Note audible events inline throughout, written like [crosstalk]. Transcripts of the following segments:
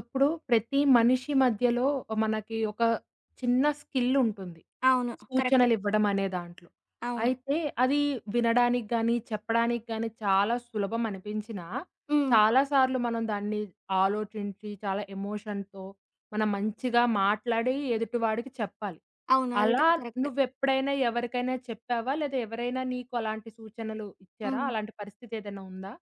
ఇప్పుడు ప్రతి మనిషి మధ్యలో మనకి ఒక చిన్న స్కిల్ ఉంటుంది. అవును. కరెక్ట్. సూచనలు ఇవ్వడం అనే దాంట్లో. అవును. అయితే అది వినడానికి గాని, చెప్పడానికి గాని చాలా సులభం అనిపించినా, హ్మ్. చాలా సార్లు మనం దాన్ని ఆలోచించి, చాలా ఎమోషన్‌తో మనం మంచిగా మాట్లాడి ఎదుటివాడికి చెప్పాలి. అవును. అదైతే అలా కరెక్ట్. నువ్వెప్పుడైనా ఎవరికైనా చెప్పావా? లేదా ఎవరైనా నీకు అలాంటి సూచనలు ఇచ్చారా? హ్మ్. అలాంటి పరిస్థితి ఏదైనా ఉందా?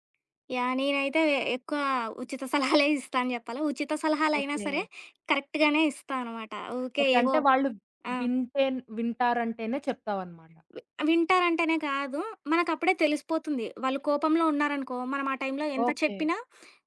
యాహ్! నేనైతే ఎక్కువ ఉచిత సలహాలే ఇస్తా అని జెప్పాలి. ఉచిత సలహాలైనా ఓకే. సరే కరెక్ట్‌గానే ఇస్తా అనమాట. ఊకే ఓకే. ఏవో అంటే వాళ్ళు ఆ! వింటారంటేనే చెప్తావన్నమాట. వి వింటారంటేనే కాదు. మనకప్పుడే తెలిసిపోతుంది. వాళ్ళు కోపంలో ఉన్నారనుకో, మనం ఆ టైంలో ఎంత ఓకే. చెప్పినా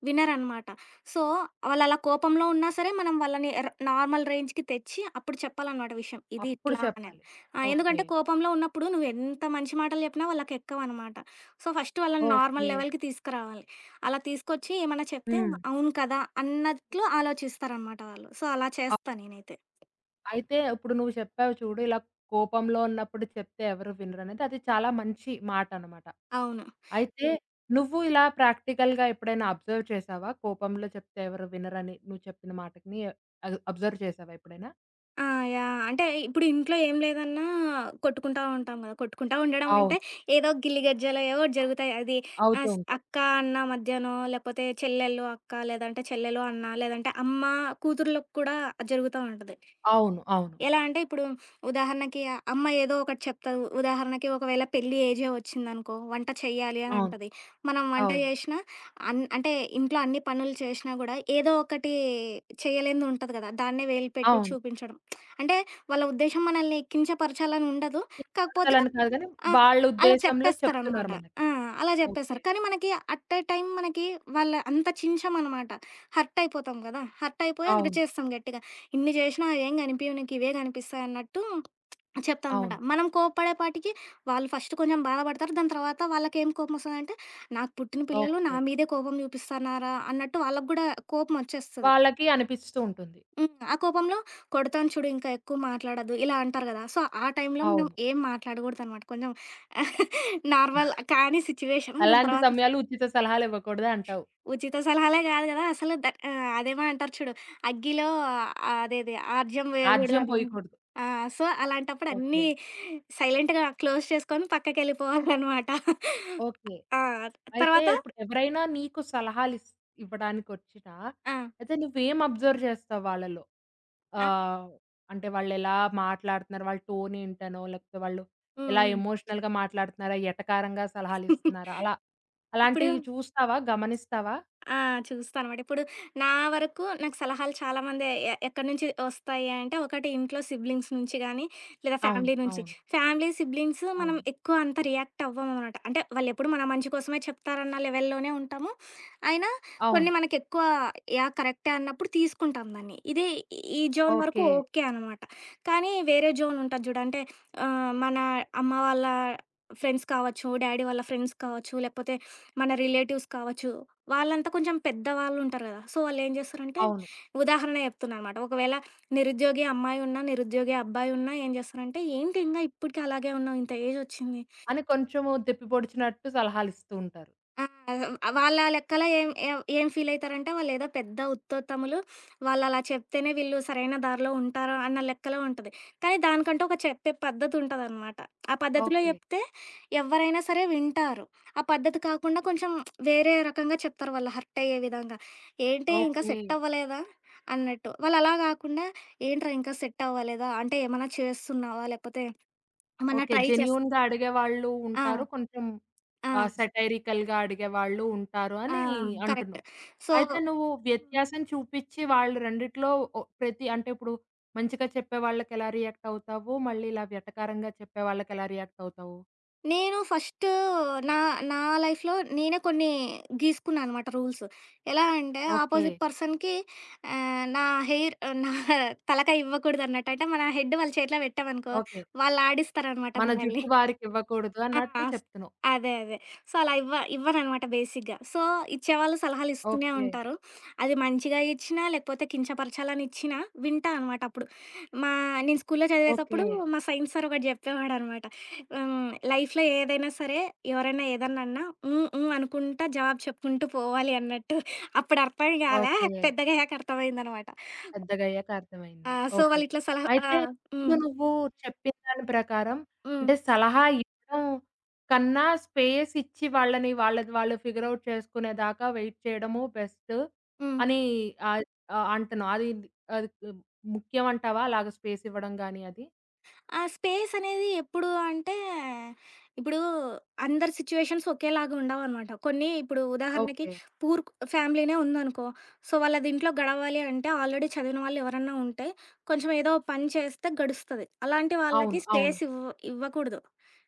వినరనమాట. సో, వాళ్ళలా కోపంలో ఉన్నా సరే, మనం వాళ్ళని నార్మల్ రేంజ్‌కి తెచ్చి అప్పుడు చెప్పాలనమాట విషయం. ఇది అప్పుడు ఇట్లా అనేది. చెప్పాలి. ఆ! ఓకే. ఎందుకంటే కోపంలో ఉన్నప్పుడు నువ్వెంత మంచి మాటలు చెప్పినా వాళ్ళకెక్కవనమాట. సో, ఫస్ట్ వాళ్ళని నార్మల్ ఓకే. లెవెల్‌కి తీసుకురావాలి. అలా తీసుకొచ్చి ఏమన్నా చెప్తే హ్మ్. అవును కదా! అన్నట్లు ఆలోచిస్తారనమాట వాళ్ళు. సో, అలా అప్ చేస్తా నేనైతే. అయితే ఇప్పుడు నువ్వు చెప్పావు చూడు, ఇలా కోపంలో ఉన్నప్పుడు చెప్తే ఎవరు వినరనేది. అది చాలా మంచి మాటనమాట. అవును. అయితే నువ్వు ఇలా ప్రాక్టికల్‌గా ఎప్పుడైనా అబ్జర్వ్ చేసావా? కోపంలో చెప్తే ఎవరు వినరని నువ్వు చెప్పిన మాటకిని అది అబ్జర్వ్ చేసావా ఎప్పుడైనా? ఆ! యాహ్! అంటే ఇప్పుడు ఇంట్లో ఏం లేదన్నా కొట్టుకుంటా ఉంటాం గదా! కొట్టుకుంటా ఉండడం అవును. అంటే ఏదో గిల్లి గజ్జలో ఏవో ఒకటి జరుగుతాయి. అది అవుతూ ఆహ్, స్ ఉంటాయి. అక్క, అన్న మధ్యనో లేకపోతే చెల్లెలు, అక్క లేదంటే చెల్లెలు, అన్న లేదంటే అమ్మ, కూతుర్లకు కూడా జరుగుతా ఉంటది. అవును. అవును. ఎలా అంటే ఇప్పుడు ఉదాహరణకి ఆ అమ్మ ఏదో ఒకటి చెప్తది. ఉదాహరణకి ఒకవేళ పెళ్లి ఏజే వచ్చిందనుకో, వంట చెయ్యాలి అని అవును. అంటది. మనం వంట అవును. జేషినా అంటే ఇంట్లో అన్ని పనులు చేషినా గూడా ఏదో ఒకటి చేయలేనిది ఉంటది గదా! దాన్నే వేలు పెట్టి అవును. చూపించడం. అంటే వాళ్ళ ఉద్దేశ్యం మనల్ని కించపరచాలని ఉండదు. కాకపోతే టీచర్లని కాదు గానీ, ఆ! వాళ్ళ అలా ఉద్దేశంలో చెప్తున్నారు చెప్పేస్తారనమాట. మనకి. ఆ! అలా ఓకే. జెప్పేస్తారు. కానీ మనకి అట్ ఏ టైమ్ మనకి వాళ్ళ అంత చించమనమాట. హర్ట్ అయిపోతాం గదా! హర్ట్ అయిపోయి అవును. అరిచేస్తాం గట్టిగా. ఇన్ని చేసినా ఏం కనిపియవు నీకివే కనిపిస్తాయన్నట్టు చెప్తానమాట. అవును. మనం కోప్పడేపాటికి వాళ్ళు ఫస్ట్ కొంచెం బాధపడతారు. దాని తర్వాత వాళ్ళకేం కోపమొస్తదంటే, నాకు పుట్టిన పిల్లలు నా ఓకే. మీదే కోపం చూపిస్తన్నారా అన్నట్టు వాళ్ళకి గూడా కోపమొచ్చేస్తది. వాళ్ళకి అనిపిస్తూ ఉంటుంది. హ్మ్. ఆ కోపంలో కొడతాను చూడు ఇంకా ఎక్కువ మాట్లాడొద్దు ఇలా అంటారు గదా! సో, ఆ టైంలో మనం అవును. ఏం మాట్లాడగూడదనమాట. కొంచెం [laughs] నార్మల్ కానీ సిచ్యువేషన్. దాని అలాంటి తర్వాత సమయాలు ఉచిత సలహాలివ్వకూడదంటావు. ఉచిత సలహాలే గాదు గదా! అసలు అదేమో అంటారు చూడు. అగ్గిలో ఆ, అదేది ఆర్జం ఆర్జ్యం వేయగూడదని. పోయకూడదు. ఆ! సో, అలాంటప్పుడు ఓకే. అన్నీ సైలెంట్‌గా క్లోజ్ చేసుకొని పక్కకెళ్ళిపోవాలనమాట. ఓకే. ఆ! అయితే తర్వాత ఇప్పుడు ఎవరైనా నీకు ఇవ్వడానికొచ్చినా, ఆ! అయితే నువ్వేం అబ్జర్వ్ చేస్తావు వాళ్ళలో? ఆ! ఆహ్, అంటే వాళ్ళెలా మాట్లాడుతున్నారు? వాళ్ళ టోన్ ఏంటనో, లేకపోతే వాళ్ళు హ్మ్. ఎలా హ్మ్. ఎమోషనల్‌గా మాట్లాడుతున్నారా? ఎటకారంగా [laughs] సలహాలిస్తున్నారా? అలా ఇప్పుడు అలాంటివి చూస్తావా? గమనిస్తావా? ఆ! చూస్తానమాట. ఇప్పుడు నా వరకు నాకు సలహాలు చాలామంది ఎక్కడి నుంచి ఒస్తాయి అంటే, ఒకటి ఇంట్లో సిబ్లింగ్స్ నుంచి గానీ, లేదా అవును. ఫ్యామిలీ నుంచి. అవును. ఫ్యామిలీ, సిబ్లింగ్స్ మనం అవును. ఎక్కువ అంత రియాక్ట్ అవ్వమనమాట. అంటే వాళ్ళెప్పుడు మన మంచి కోసమే చెప్తారన్న లెవెల్‌లోనే ఉంటాము. అయినా అవును. కొన్ని మనకెక్కువ యాహ్! కరెక్టే అన్నప్పుడు తీసుకుంటాం దాన్ని. ఇది ఈ జోన్ వరకు ఓకే. ఓకే అనమాట. కానీ వేరే జోన్ ఉంటది జూడు. అంటే మన అమ్మ వాళ్ళ ఫ్రెండ్స్ కావచ్చు, డ్యాడీ వాళ్ళ ఫ్రెండ్స్ కావచ్చు, లేకపోతే మన రిలేటివ్స్ కావచ్చు. వాళ్ళంతా కొంచెం పెద్దవాళ్ళుంటారు గదా! సో, వాళ్ళేం జేస్తారంటే అవును. ఉదాహరణ చెప్తున్నా అనమాట. ఒకవేళ నిరుద్యోగి అమ్మాయున్నా, నిరుద్యోగి అబ్బాయున్నా ఏం జేస్తారంటే, "ఏంటి ఇంగా ఇప్పటికి అలాగే ఉన్నావు? ఇంత ఏజొచ్చింది. అని కొంచెము దెప్పి పొడిచినట్టు సలహాలిస్తూ ఉంటారు. ఆ! వాళ్ళ లెక్కల ఏం ఏం ఏం ఫీలయితారంటే వాళ్ళేదో పెద్ద ఉత్తోత్తములు, వాళ్ళలా చెప్తేనే వీళ్ళు సరైన దారిలో ఉంటారు అన్న లెక్కలో ఉంటది. కానీ దానికంటూ ఒక చెప్పే పద్ధతుంటదనమాట. ఆ పద్ధతిలో ఓకే. చెప్తే ఎవ్వరైనా సరే వింటారు. ఆ పద్ధతి కాకుండా కొంచెం వేరే రకంగా చెప్తారు వాళ్ళు హర్టయ్యే విధంగా. ఏంటి ఇంకా ఓకే. సెట్టవ్వలేదా? అన్నట్టు. వాళ్ళలా గాకుండా ఏంట్రా ఇంకా సెట్టవ్వలేదా? అంటే ఏమన్నా చేస్తున్నావా? లేపోతే ఏమన్నా ఓకే. ట్రై చేస్తు జెన్యూన్‌గా అడిగేవాళ్ళు ఆ! ఉంటారు. కొంచెం ఆ! సెటైరికల్‌గా అడిగేవాళ్ళు ఉంటారు ఆ! అని కరెక్ట్. అంటున్నావు. సో అయితే నువ్వు వ్యత్యాసం చూపిచ్చి వాళ్ళు రెండిట్లో ప్రతి అంటే ఇప్పుడు మంచిగా చెప్పే వాళ్ళకెలా రియాక్ట్ అవుతావు? మళ్ళీ ఇలా వెటకారంగా చెప్పే వాళ్ళకెలా రియాక్ట్ అవుతావు? నేను ఫస్టు నా నా లైఫ్‌లో నేనే కొన్ని గీసుకున్నా అనమాట రూల్స్. ఎలా అంటే ఓకే. ఆపోజిట్ పర్సన్‌కి ఆహ్, నా హెయిర్ నా తలకాయ ఇవ్వకూడదన్నట్టు. అంటే మన హెడ్ వాళ్ళ చేతిలో పెట్టామనుకో ఓకే. వాళ్ళు ఆడిస్తారనమాట మన జుట్టు మనల్ని. వారికివ్వకూడదు ఆ! అన్నట్టు స్ చెప్తున్నావు. అదే. అదే. సో, అలా ఇవ్వననమాట బేసిక్‌గా. సో, ఇచ్చేవాళ్ళు సలహాలిస్తూనే ఓకే. ఉంటారు. అది మంచిగా ఇచ్చినా, లేకపోతే కించపరచాలని ఇచ్చినా వింటా అనమాట అప్పుడు. మా నేను స్కూల్లో ఓకే. చదివేతప్పుడు మా సైన్స్ సార్ ఒకటి జెప్పేవాడనమాట. హ్మ్. లైఫ్‌లో ఏదైనా సరే, ఎవరైనా ఏదన్నా అన్నా హ్మ్. హ్మ్. అనుకుంటా జవాబు చెప్పుకుంటూ పోవాలి అన్నట్టు. అప్పుడు అర్థం గాలే. ఓకే. పెద్దగయ్యాక అర్థమైందనమాట. పెద్దగయ్యాక ఆ! అర్థమైంది. So, okay. వాళ్ళిట్లా సలహా ఆ! అయితే ఇప్పుడు హ్మ్. నువ్వు చెప్పిన దాని ప్రకారం హ్మ్. అంటే సలహా ఇవ్వడం కన్నా స్పేస్ ఇచ్చి వాళ్ళని వాళ్ళది వాళ్ళు ఫిగర్ ఔట్ చేసుకునేదాకా వెయిట్ చేయడము బెస్ట్ హ్మ్. అని ఆహ్, ఆహ్, అంటున్నావు. అది అది ముఖ్యం అంటావా? అలాగ స్పేస్ ఇవ్వడం గాని అది? ఆ స్పేస్ అనేది ఎప్పుడు అంటే, ఇప్పుడు అందరి సిచ్యుయేషన్స్ ఒకేలాగా ఉండవనమాట. కొన్ని ఇప్పుడు హ్మ్. ఉదాహరణకి ఓకే. పూర్ ఫ్యామిలీనే ఉందనుకో, సో వాళ్ళది ఇంట్లో గడవాలి అంటే ఆల్రెడీ చదివిన వాళ్ళు ఎవరన్నా ఉంటే, కొంచెం ఏదో ఒక పని చేస్తే గడుస్తది. అలాంటి వాళ్ళకి అవును. అవును. స్పేస్ ఇవ్వకూడదు.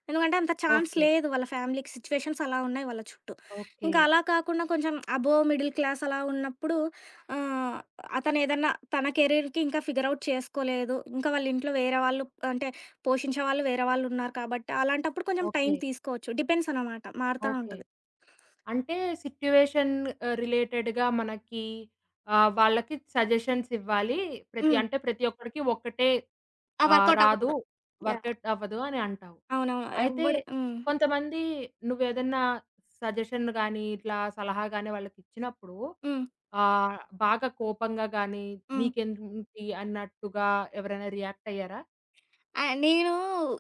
ఎందుకంటే అంత ఛాన్స్ ఓకే. లేదు వాళ్ళ ఫ్యామిలీకి సిచ్యుయేషన్స్ అలా ఉన్నాయి వాళ్ళ చుట్టూ. ఓకే. ఇంకా అలా కాకుండా కొంచెం అబోవ్ మిడిల్ క్లాస్ అలా ఉన్నప్పుడు ఆహ్, అతను ఏదన్నా తన కెరీర్‌కి ఇంకా ఫిగర్ ఔట్ చేసుకోలేదు. ఇంకా వాళ్ళ ఇంట్లో వేరే వాళ్ళు అంటే పోషించే వాళ్ళు వేరే వాళ్ళున్నారు కాబట్టి, అలాంటప్పుడు కొంచెం టైం ఓకే. తీసుకోవచ్చు. డిపెండ్స్ అనమాట. మారుతా ఓకే. ఉంటది. అంటే సిట్యుయేషన్ రిలేటెడ్‌గా మనకి వాళ్ళకి సజెషన్స్ ఇవ్వాలి. ప్రతి హ్మ్. అంటే ప్రతి ఒక్కడికి ఒక్కటే ఆ! వర్కౌట్ రాదు. అవ్వదు. యాహ్! వర్కౌట్ అవ్వదు అని అంటావు. అవునవును. అయితే ఎవ్వడు హ్మ్. కొంతమంది నువ్వేదన్నా సజెషన్ గాని, ఇట్లా సలహా గాని వాళ్ళకిచ్చినప్పుడు హ్మ్. ఆహ్, బాగా కోపంగా గాని, హ్మ్. నీకేంటి అన్నట్టుగా ఎవరైనా రియాక్ట్ అయ్యారా? ఆ! నేను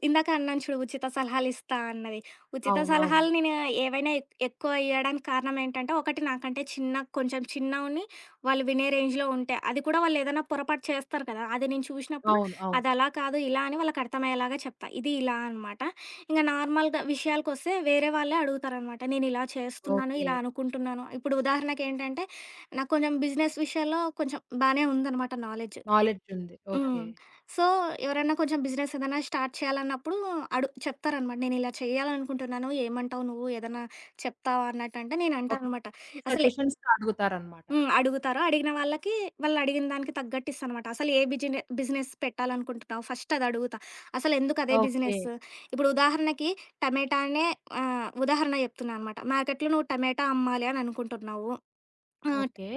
ఇందాక అన్నాను చూడు ఉచిత సలహాలిస్తా అన్నది. ఉచిత అవును. అవును. సలహాలు నేను ఏవైనా ఎక్కువ ఇయ్యడానికి కారణం ఏంటంటే, ఒకటి నాకంటే చిన్న కొంచెం చిన్నవుని వాళ్ళు వినే రేంజ్‌లో ఉంటే, అది కూడా వాళ్ళేదైనా పొరపాటు చేస్తారు కదా! అది నేను చూషినప్పుడు అవును. అవును. అదలా కాదు, ఇలా అని వాళ్ళకర్థమయ్యేలాగా చెప్తా. ఇది ఇలా అనమాట. ఇంక నార్మల్‌గా విషయాలకొస్తే వేరే వాళ్ళే అడుగుతారనమాట. నేనిలా చేస్తున్నాను, ఓకే. ఇలా అనుకుంటున్నాను. ఇప్పుడు ఉదాహరణకేంటంటే, నాకు కొంచెం బిజినెస్ విషయాల్లో కొంచెం బానే ఉందనమాట నాలెడ్జ్. నాలెడ్జ్ ఉంది. ఓకే. హ్మ్. సో, ఎవరైనా కొంచెం బిజినెస్ ఏదైనా స్టార్ట్ చేయాలన్నప్పుడు చెప్తారనమాట. నేనిలా చేయాలనుకుంటున్నాను. ఏమంటావు నువ్వు? ఏదన్నా చెప్తావా? అన్నట్టంటే ఓకే. నేనంటాననమాట. ఈ అసలే సజెషన్స్ అడుగుతారనమాట. హ్మ్. అడుగుతారు. అడిగిన వాళ్ళకి వాళ్ళడిగిన దానికి తగ్గట్టు ఇస్తాననమాట. అసలు ఏ బిజినెస్ పెట్టాలనుకుంటున్నావు? ఫస్ట్ అదడుగుతా. అసలెందుకు అదే ఓకే. బిజినెస్? ఇప్పుడు ఉదాహరణకి టమాటానే ఉదాహరణ చెప్తున్నా అనమాట. మార్కెట్‌లో నువ్వు టమాటా అమ్మాలి అని అనుకుంటున్నావు. ఆహ్, ఓకే.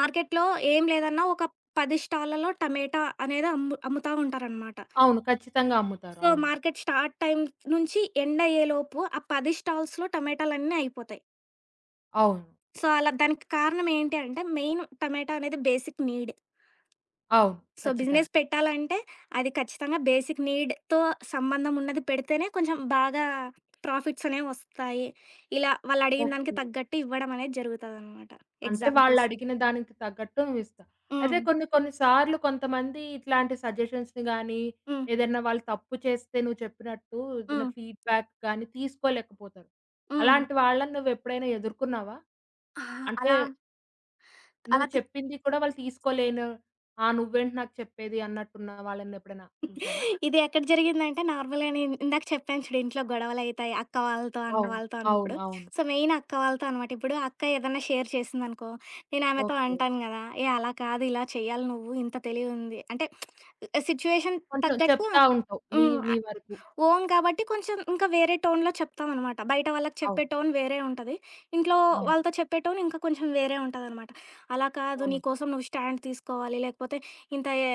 మార్కెట్‌లో ఏం లేదన్నా ఒక 10 స్టాల్లలో టమాటా అనేది అమ్ముతా ఉంటారనమాట. అవును. ఖచ్చితంగా అమ్ముతారు. సో, అవును. మార్కెట్ స్టార్ట్ టైమ్ నుంచి ఎండ్ అయ్యేలోపు ఆ 10 స్టాల్స్‌లో టమాటాలన్నీ అయిపోతాయి. అవును. సో, అలా దానికి కారణం ఏంటి అంటే మెయిన్ టమాటా అనేది బేసిక్ నీడ్. అవును. సో, ఖచ్చితంగా. బిజినెస్ పెట్టాలంటే అది ఖచ్చితంగా బేసిక్ నీడ్‌తో సంబంధం ఉన్నది పెడితేనే కొంచెం బాగా ప్రాఫిట్స్ అనేవి వస్తాయి. ఇలా వాళ్ళు అడిగిన దానికి ఓకే. తగ్గట్టు ఇవ్వడం అనేది జరుగుతదనమాట. అంటే ఎగ్జాంపుల్స్. వాళ్ళడిగిన దానికి తగ్గట్టు నువ్విస్తావు. అయితే హ్మ్. కొన్ని కొన్ని సార్లు కొంతమంది ఇట్లాంటి సజెషన్స్‌ని గానీ, హ్మ్. ఏదైనా వాళ్ళు తప్పు చేస్తే నువ్వు చెప్పినట్టు ఏదైనా హ్మ్. ఫీడ్‌బ్యాక్ గానీ తీసుకోలేకపోతారు. హ్మ్. అలాంటి వాళ్ళని నువ్వెప్పుడైనా ఎదుర్కొన్నావా? అహా! అంటే అలా నువ్వు అలా తి చెప్పింది కూడా వాళ్ళు తీసుకోలేను. ఆ! నువ్వేంటి నాకు చెప్పేది అన్నట్టున్న వాళ్ళనెప్పుడైనా చూసావా? ఇది ఎక్కడ జరిగిందంటే నార్మల్‌గా నేను ఇందాక చెప్పాను చూడు ఇంట్లో గొడవలయితాయి అక్క వాళ్ళతో, అన్న అవును. వాళ్ళతో అవును. అన్నప్పుడు. అవును. సో, మెయిన్ అక్క వాళ్ళతో అనమాట. ఇప్పుడు అక్క ఏదన్నా షేర్ చేసిందనుకో, నేను ఆమెతో ఓకే. అంటాను గదా! "ఏహ్! అలా కాదు ఇలా చేయాలి నువ్వు ఇంత తెలివుంది." అంటే సిట్యుయేషన్ కొంచెం తగ్గట్టు చెప్తా ఉంటావు. నీ హ్మ్. నీ వరకు. ఓన్ కాబట్టి కొంచెం ఇంకా వేరే టోన్‌లో చెప్తామనమాట. బయట వాళ్ళకి చెప్పే అవును. టోన్ వేరే ఉంటది. ఇంట్లో ఓకే. అవును. వాళ్ళతో చెప్పే టోన్ ఇంకా కొంచెం వేరే ఉంటదనమాట. అలా కాదు నీ అవును. కోసం నువ్వు స్టాండ్ తీసుకోవాలి. లేకపోతే ఇంత ఏ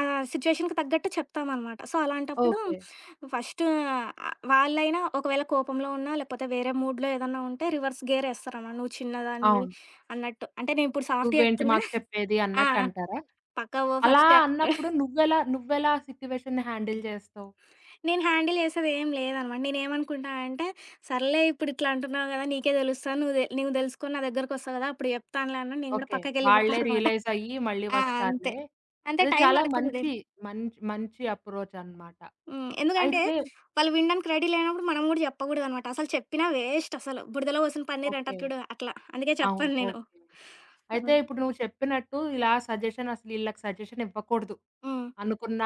ఆ సిట్యుయేషన్‌కి తగ్గట్టు చెప్తామనమాట. సో, అలాంటప్పుడు ఓకే. ఓకే. ఫస్ట్ ఆహ్, వాళ్ళైనా ఒకవేళ కోపంలో ఉన్నా, లేకపోతే వేరే మూడ్‌లో ఏదన్నా ఉంటే రివర్స్ గేర్ ఏస్తారనమాట. నువ్వు చిన్నదానివి అవును. అన్నట్టు. అంటే నేనిప్పుడు సాఫ్ట్‌గా "నువ్వేంటి చెప్తున్నా. మాకు చెప్పేది" ఆ! ఆ! అన్నట్టంటారా? పక్కకు పో అలా ఫస్ట్ అన్నప్పుడు నువ్వెలా నువ్వెలా ఆ సిట్యుయేషన్‌ని హ్యాండిల్ చేస్తావు? నేను హ్యాండిల్ చేసేది ఏం లేదనమాట. నేనేమనుకుంటా అంటే, సర్లే ఇప్పుడు ఇట్లా అంటున్నావు కదా! నీకే తెలుస్తది. నువ్వు తెలుసుకొని నా దగ్గరకొస్తావు కదా! అప్పుడు చెప్తానులే అన్నా. నేను కూడా ఓకే. వాళ్ళే పక్కకెళ్ళిపోతాననమాట. రియలైజ్ అయ్యి మళ్ళీ ఆ! అంతే. వస్తారులే. అంటే అది టైం చాలా పడతది. మంచి మంచి మంచి అప్రోచ్ అన్నమాట. హ్మ్. ఎందుకంటే, అయితే వాళ్ళు వినడానికి రెడీ లేనప్పుడు మనం కూడా చెప్పకూడదనమాట. అసలు చెప్పినా వేస్ట్ అసలు. బురదలో పోసిన పన్నీర్ ఓకే. అంటారు చూడు అట్లా. అందుకే అవును. చెప్పను నేను. ఓకే. అయితే హ్మ్. ఇప్పుడు నువ్వు చెప్పినట్టు ఇలా సజెషన్ అసలు ఈళ్ళకి సజెషన్ ఇవ్వకూడదు హ్మ్. అనుకున్న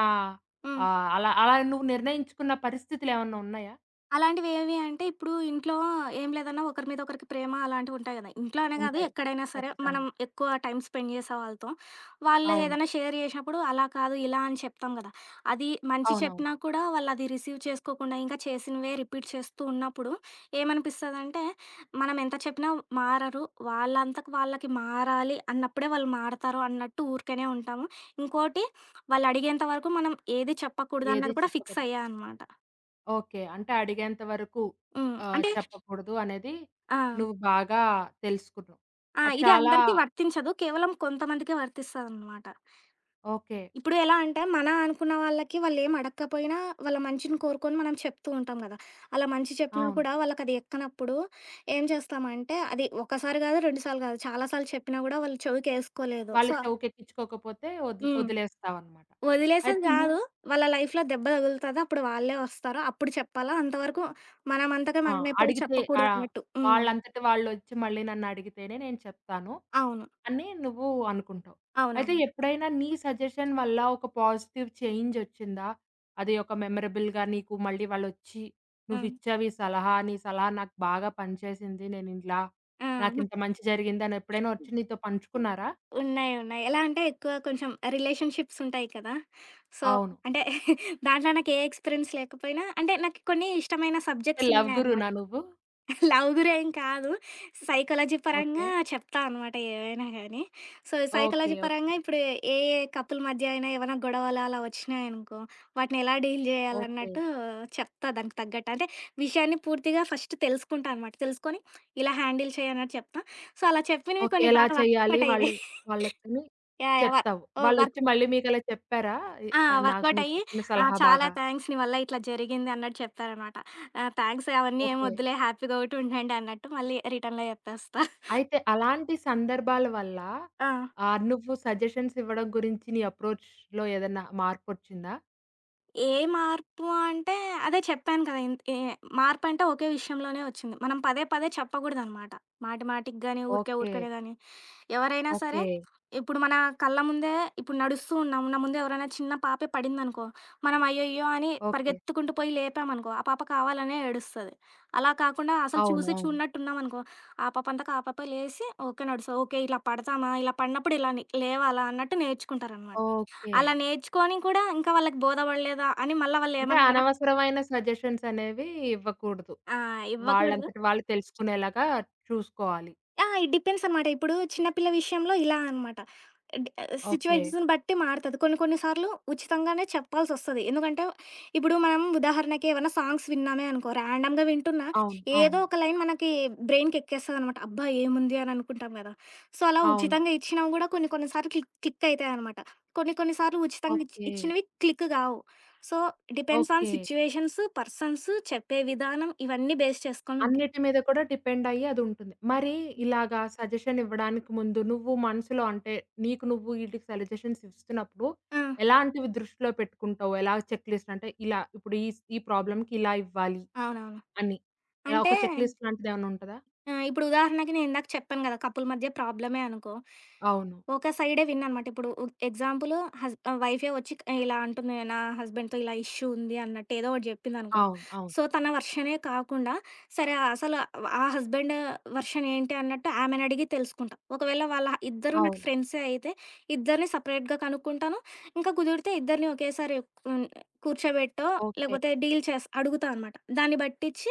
హ్మ్. ఆహ్, అలా అలా నువ్వు నిర్ణయించుకున్న పరిస్థితులేమన్నా ఉన్నాయా? అలాంటివి ఏవి అంటే ఇప్పుడు ఇంట్లో ఏం లేదన్నా ఒకరి మీద ఒకరికి ప్రేమ అలాంటివి ఉంటాయి కదా. ఇంట్లో అనే కాదు ఉంటాయి. ఎక్కడైనా సరే మనం ఖచ్చితంగా. ఎక్కువ టైమ్ స్పెండ్ చేసే వాళ్ళతో. వాళ్ళు అవును. ఏదైనా షేర్ చేసినప్పుడు అలా కాదు ఇలా అని చెప్తాం కదా! అది మంచి అవునవును. చెప్పినా కూడా వాళ్ళు అది రిసీవ్ చేసుకోకుండా ఇంకా చేసినవే రిపీట్ చేస్తూ ఉన్నప్పుడు ఏమనిపిస్తదంటే మనం ఎంత చెప్పినా మారరు. వాళ్ళంతకు వాళ్ళకి మారాలి అన్నప్పుడే వాళ్ళు మారతారు అన్నట్టు ఊరికనే ఉంటాము. ఇంకోటి వాళ్ళు అడిగేంత వరకు మనం ఏది చెప్పకూడదు ఏది అన్నది కూడా ఫిక్స్ చెప్పకూడదు. అయ్యా అనమాట. ఓకే. అంటే అడిగేంత వరకు హ్మ్. అంటే చెప్పకూడదు అనేది ఆ! నువ్వు బాగా తెలుసుకున్నావు. ఆ! అది ఇది చాలా అందరికీ వర్తించదు. కేవలం కొంతమందికే వర్తిస్తదనమాట. ఓకే. ఇప్పుడు ఎలా అంటే, మన అనుకున్న వాళ్ళకి వాళ్ళేం అడక్కపోయినా వాళ్ళ మంచిని కోరుకొని మనం చెప్తూ ఉంటాం గదా! అలా మంచి చెప్పినా అవును. కూడా వాళ్ళకది ఎక్కనప్పుడు ఏం చేస్తామంటే, అది ఒకసారి గాదు, 2 సార్లు గాదు, చాలా సార్లు చెప్పినా గూడా వాళ్ళు చెవికేసుకోలేదు. వాళ్ళు సో చెవుకెక్కించుకోకపోతే వదిలి హ్మ్. వదిలేస్తావన్నమాట. అయితే వదిలేసేది నువ్వు గాదు. వాళ్ళ లైఫ్‌లో దెబ్బ తగులుతది. అప్పుడు వాళ్ళే వస్తారు. అప్పుడు చెప్పాలా. అంతవరకు మనమంతగా ఆ! మనమే పోయి అడిగితే ఆ! చెప్పకూడదన్నట్టు. హ్మ్. వాళ్ళంతట వాళ్ళొచ్చి మళ్ళీ నన్నడిగితేనే నేను చెప్తాను. అవును. అని నువ్వు అనుకుంటావు. అయితే అవునవును. ఎప్పుడైనా నీ సజెషన్ వల్ల ఒక పాజిటివ్ చేంజొచ్చిందా? అది ఒక మెమరబుల్‌గా నీకు మళ్ళీ వాళ్ళొచ్చి హ్మ్. నువ్విచ్చావు ఈ సలహా, నీ సలహా నాకు బాగా పనిచేసింది. నేనిలా ఆ! నాకింత మంచి జరిగిందని ఎప్పుడైనా వచ్చి నీతో పంచుకున్నారా? ఉన్నాయి. ఉన్నాయి. ఎలా అంటే ఎక్కువ కొంచెం రిలేషన్‌షిప్స్ ఉంటాయి కదా! సో, అవును. అంటే [laughs] దాంట్లో నాకు ఏ ఎక్స్‌పీరియన్స్ లేకపోయినా అంటే నాకు కొన్ని ఇష్టమైన సబ్జెక్ట్స్ లవ్ ఉన్నాయన్నమాట. గురునా నువ్వు? [laughs] లవ్ గురేం కాదు. Psychology okay. పరంగా చెప్తా అనమాట ఏవైనా గానీ. So, okay. సైకాలజీ పరంగా ఓకే. ఇప్పుడు ఏ ఏ కపుల్ మధ్య అయినా ఏవైనా గొడవలు అలా వచ్చినాయనుకో, వాటిని ఎలా డీల్ ఓకే. జేయాలన్నట్టు చెప్తా దానికి తగ్గట్టు. అంటే విషయాన్ని పూర్తిగా ఫస్ట్ తెలుసుకుంటా అనమాట. తెలుసుకొని ఇలా హ్యాండిల్ చేయి అన్నట్టు చెప్తా. సో, అలా చెప్పినవి ఓకే. కొన్ని ఎలా బాగా చేయాలి వర్కౌట్ వాళ్ళు అయ్యాయి. వాళ్ళకని యాహ్! యాహ్! వ చెప్తావు. ఓహ్! వర్క్ వాళ్ళొచ్చి మళ్ళీ మీకలా చెప్పారా? ఆ! నాకు వర్కౌట్ నువ్వు అయ్యి చెప్పిన ఆ! సలహా చాలా బాగా థాంక్స్ నీ వల్ల ఇట్లా జరిగింది అన్నట్టు చెప్తారనమాట. ఆ! థాంక్స్ అవన్నీ ఏమి ఓకే. వద్దులే హ్యాపీగా ఒకటి ఉండండి అన్నట్టు మళ్ళీ రిటర్న్‌లో చెప్పేస్తా. అయితే అలాంటి సందర్భాల వల్ల ఆ! నువ్వు సజెషన్స్ ఇవ్వడం గురించి నీ అప్రోచ్‌లో ఏదన్నా మార్పొచ్చిందా? ఏ మార్పు అంటే అదే చెప్పాను కదా! ఇంత్ ఏ మార్పంటే ఒకే విషయంలోనే వచ్చింది. మనం పదే పదే చెప్పకూడదనమాట. మాటి మాటికి గాని, ఊరికే ఓకే. ఊరికనే గాని. ఎవరైనా సరే, ఓకే. ఇప్పుడు మన కళ్ళ ముందే ఇప్పుడు నడుస్తూ ఉన్నాం. నా ముందే ఎవరైనా చిన్న పాపే పడిందనుకో, మనం అయ్యయ్యో! అని ఓకే. పరిగెత్తుకుంటూ పోయి లేపామనుకో, ఆ పాప కావాలనే ఏడుస్తది. అలా కాకుండా అసలు అవును. చూసి అవును. చూడనట్టున్నామనుకో, ఆ పాపే లేసి ఓకే. నడుస్తది. ఓకే. ఇలా పడతామా? ఇలా పడినప్పుడు ఇలా ని లేవాలా? అన్నట్టు నేర్చుకుంటారనమాట. ఓకే. అలా నేర్చుకొని కూడా ఇంకా వాళ్ళకి బోధపడలేదా అని మళ్ళా అంటే వాళ్ళేమన్నా అనవసరమైన సజెషన్స్ అనేవి ఇవ్వకూడదు. ఆ! ఇవ్వకూడదు. వాళ్ళంతట వాళ్ళు తెలుసుకునేలాగా చూసుకోవాలి. ఆ! ఇట్ డిపెండ్స్ అనమాట. ఇప్పుడు చిన్న పిల్ల విషయంలో ఇలా అనమాట. డ్ ఓకే. సిట్యుయేషన్స్‌ని బట్టి మారతది. కొన్ని కొన్ని సార్లు ఉచితంగానే చెప్పాల్సొస్తది. ఎందుకంటే, ఇప్పుడు మనం ఉదాహరణకి ఏవన్నా సాంగ్స్ విన్నామే అనుకో, ర్యాండమ్‌గా వింటున్నా అవును. ఏదో అవును. ఒక లైన్ మనకి బ్రెయిన్‌కెక్కేస్తదనమాట. అబ్బా! ఏముంది అని అనుకుంటాం గదా! సో, అలా అవును. ఉచితంగా ఇచ్చినా గూడా కొన్ని కొన్ని సార్లు క్లిక్ క్లిక్ అయితాయనమాట. కొన్ని కొన్ని సార్లు ఉచితంగా ఇచ్ ఓకే. ఇచ్చినవి క్లిక్ గావు. So, depends on okay. Situations, persons, చెప్పే విధానం ఇవన్నీ బేస్ చేసుకొనుంటది. అన్నిటి మీద కూడా డిపెండ్ అయ్యి అదుంటుంది. మరి ఇలాగా సజెషన్ ఇవ్వడానికి ముందు నువ్వు మనసులో అంటే నీకు నువ్వు ఈటికి సజెషన్స్ ఇస్తున్నప్పుడు ఆ! ఎలాంటివి దృష్టిలో పెట్టుకుంటావు? ఎలా చెక్ లిస్ట్ అంటే ఇలా ఇప్పుడు ఈ ప్రాబ్లమ్‌కి ఇలా ఇవ్వాలి అవునవును. అని. ఇలా ఒక అంటే చెక్ లిస్ట్ లాంటిదేమన్నా ఉంటదా? ఆ! ఇప్పుడు ఉదాహరణకి నేను ఇందాక చెప్పాను గదా! కపుల్ మధ్య ప్రాబ్లమే అనుకో. అవును. ఒక సైడే విన్ అనమాట. ఇప్పుడు వైఫే వచ్చి క- ఇలా అంటుంది. నా హస్బెండ్‌తో ఇలా ఇష్యూ ఉంది అన్నట్టు ఏదో ఒకటి జెప్పిందనుకో. అవును. అవును. సో, తన వర్షనే కాకుండా సరే అసలు ఆ హస్బెండ్ వర్షన్ ఏంటి అన్నట్టు ఆమెనడిగి తెలుసుకుంటా. ఒకవేళ వాళ్ళ ఇద్దరు నాకు అవును. ఫ్రెండ్సే అయితే ఇద్దరిని సెపరేట్‌గా కనుక్కుంటాను. ఇంకా కుదిరితే ఇద్దరిని ఒకేసారి హ్మ్, కూర్చోబెట్టో ఓకే. లేకపోతే డీల్ చేస్ అడుగుతా అనమాట. దాన్ని బట్టిచ్చి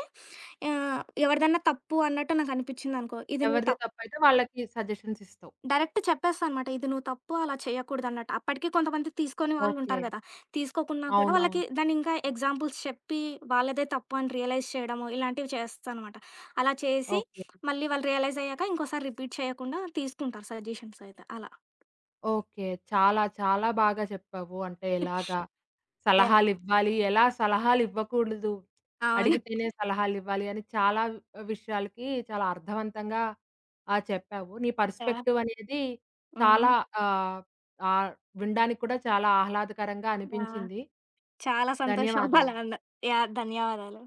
ఎవరిదన్నా తప్పు అన్నట్టు నాకు అనిపిచ్చిందనుకో. ఇది నీ ఎవరిది తప్పైతే వాళ్ళకి సజెషన్స్ ఇస్తావు. డైరెక్ట్ చెప్పేస్తా అనమాట. ఇది నువ్వు తప్పు అలా చేయకూడదన్నట్టు. అప్పటికి కొంతమంది తీసుకొని ఓకే. వాళ్ళుంటారు గదా! తీసుకోకున్నా కూడా అవునవును. వాళ్ళకి దాన్నింకా ఎగ్జాంపుల్స్ చెప్పి వాళ్ళదే తప్పు అని రియలైజ్ చేయడము ఇలాంటివి చేస్తా అనమాట. అలా చేసి ఓకే. మళ్ళీ వాళ్ళు రియలైజ్ అయ్యాక ఇంకోసారి రిపీట్ చేయకుండా తీసుకుంటారు సజెషన్స్ అయితే అలా. ఓకే. చాలా చాలా బాగా చెప్పావు. అంటే ఎలాగా యాహ్! సలహాలివ్వాలి, ఎలా సలహాలివ్వకూడదు, అవును. అడిగితేనే సలహాలివ్వాలి అని చాలా విషయాలకి చాలా అర్థవంతంగా చెప్పావు. నీ యాహ్! పర్స్పెక్టివ్ అనేది హ్మ్. చాలా ఆహ్, ఆహ్, వినడానికి కూడా చాలా ఆహ్లాదకరంగా యాహ్! అనిపించింది. చాలా సంతోషం ధన్యవాదాలు. అలా అన్న యాహ్! ధన్యవాదాలు.